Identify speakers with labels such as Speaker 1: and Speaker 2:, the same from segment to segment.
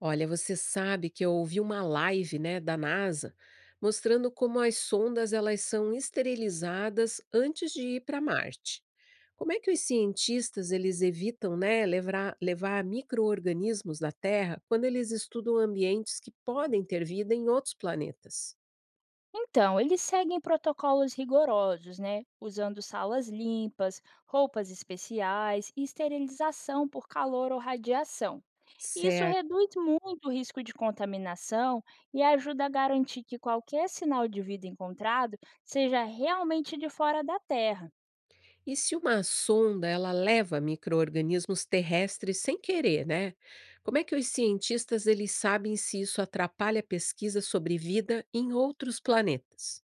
Speaker 1: Olha, você sabe que eu ouvi uma live, né, da NASA, mostrando como as sondas elas são esterilizadas antes de ir para Marte. Como é que os cientistas eles evitam, né, levar micro-organismos da Terra quando eles estudam ambientes que podem ter vida em outros planetas?
Speaker 2: Então, eles seguem protocolos rigorosos, né? Usando salas limpas, roupas especiais e esterilização por calor ou radiação. Isso
Speaker 1: Certo.
Speaker 2: reduz muito o risco de contaminação e ajuda a garantir que qualquer sinal de vida encontrado seja realmente de fora da Terra.
Speaker 1: E se uma sonda ela leva micro-organismos terrestres sem querer, né? Como é que os cientistas eles sabem se isso atrapalha a pesquisa sobre vida em outros planetas?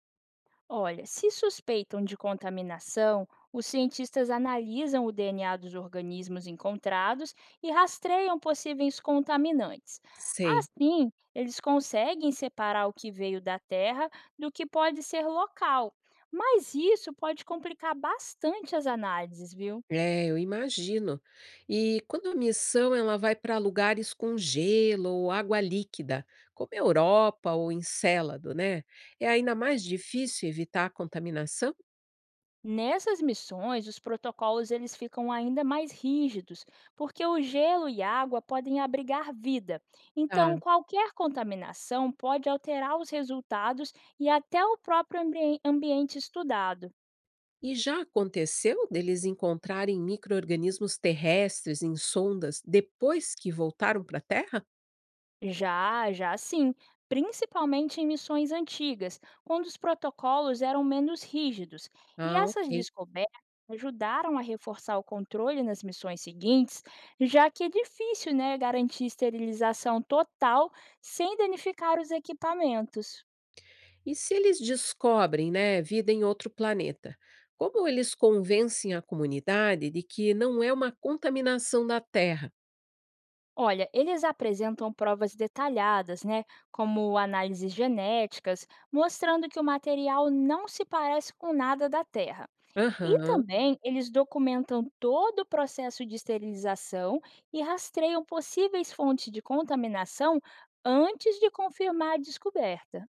Speaker 2: Olha, se suspeitam de contaminação, os cientistas analisam o DNA dos organismos encontrados e rastreiam possíveis contaminantes.
Speaker 1: Sei.
Speaker 2: Assim, eles conseguem separar o que veio da Terra do que pode ser local. Mas isso pode complicar bastante as análises, viu?
Speaker 1: É, eu imagino. E quando a missão ela vai para lugares com gelo ou água líquida, como a Europa ou Encélado, né? É ainda mais difícil evitar a contaminação?
Speaker 2: Nessas missões, os protocolos eles ficam ainda mais rígidos, porque o gelo e água podem abrigar vida. Então, qualquer contaminação pode alterar os resultados e até o próprio ambiente estudado.
Speaker 1: E já aconteceu deles encontrarem micro-organismos terrestres em sondas depois que voltaram para a Terra?
Speaker 2: Já, já sim, principalmente em missões antigas, quando os protocolos eram menos rígidos. E
Speaker 1: Ah,
Speaker 2: essas
Speaker 1: ok.
Speaker 2: descobertas ajudaram a reforçar o controle nas missões seguintes, já que é difícil, né, garantir esterilização total sem danificar os equipamentos.
Speaker 1: E se eles descobrem, né, vida em outro planeta? Como eles convencem a comunidade de que não é uma contaminação da Terra?
Speaker 2: Olha, eles apresentam provas detalhadas, né, como análises genéticas, mostrando que o material não se parece com nada da Terra. E
Speaker 1: Aham.
Speaker 2: também eles documentam todo o processo de esterilização e rastreiam possíveis fontes de contaminação antes de confirmar a descoberta.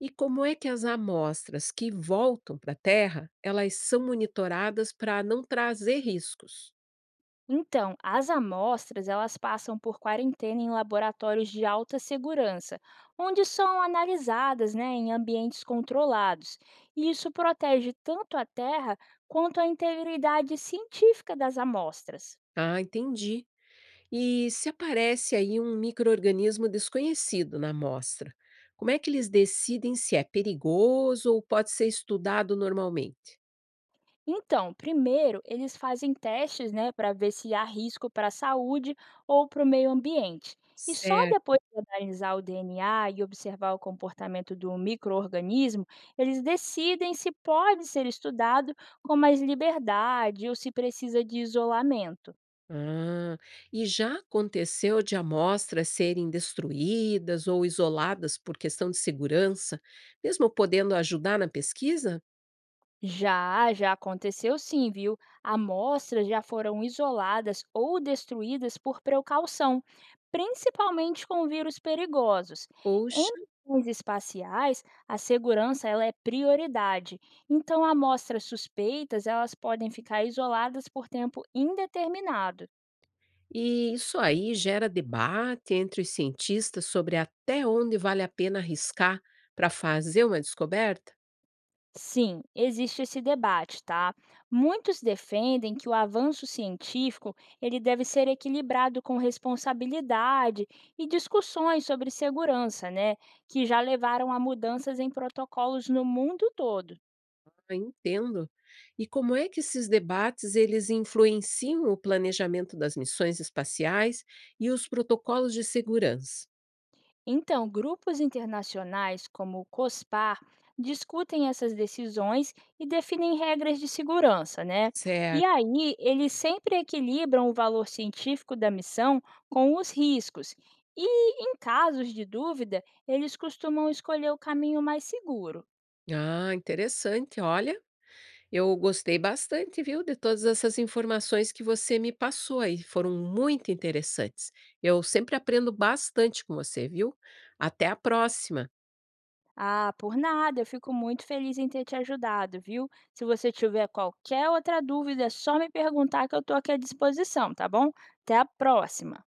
Speaker 1: E como é que as amostras que voltam para a Terra, elas são monitoradas para não trazer riscos?
Speaker 2: Então, as amostras, elas passam por quarentena em laboratórios de alta segurança, onde são analisadas, né, em ambientes controlados. E isso protege tanto a terra quanto a integridade científica das amostras.
Speaker 1: Ah, entendi. E se aparece aí um microorganismo desconhecido na amostra, como é que eles decidem se é perigoso ou pode ser estudado normalmente?
Speaker 2: Então, primeiro, eles fazem testes, né, para ver se há risco para a saúde ou para o meio ambiente. E só
Speaker 1: Certo.
Speaker 2: depois de analisar o DNA e observar o comportamento do microorganismo, eles decidem se pode ser estudado com mais liberdade ou se precisa de isolamento.
Speaker 1: Ah, e já aconteceu de amostras serem destruídas ou isoladas por questão de segurança, mesmo podendo ajudar na pesquisa?
Speaker 2: Já, já aconteceu sim, viu? Amostras já foram isoladas ou destruídas por precaução, principalmente com vírus perigosos. Em
Speaker 1: Poxa,
Speaker 2: missões espaciais, a segurança ela é prioridade. Então, amostras suspeitas, elas podem ficar isoladas por tempo indeterminado.
Speaker 1: e isso aí gera debate entre os cientistas sobre até onde vale a pena arriscar para fazer uma descoberta?
Speaker 2: Sim, existe esse debate, tá? Muitos defendem que o avanço científico ele deve ser equilibrado com responsabilidade e discussões sobre segurança, né, que já levaram a mudanças em protocolos no mundo todo.
Speaker 1: Ah, entendo. E como é que esses debates eles influenciam o planejamento das missões espaciais e os protocolos de segurança?
Speaker 2: Então, grupos internacionais como o COSPAR discutem essas decisões e definem regras de segurança, né? E
Speaker 1: Certo.
Speaker 2: aí, eles sempre equilibram o valor científico da missão com os riscos. E, em casos de dúvida, eles costumam escolher o caminho mais seguro.
Speaker 1: Ah, interessante. Olha, eu gostei bastante, viu, de todas essas informações que você me passou aí. Foram muito interessantes. Eu sempre aprendo bastante com você, viu? Até a próxima.
Speaker 2: Ah, por nada, eu fico muito feliz em ter te ajudado, viu? Se você tiver qualquer outra dúvida, é só me perguntar que eu estou aqui à disposição, tá bom? Até a próxima!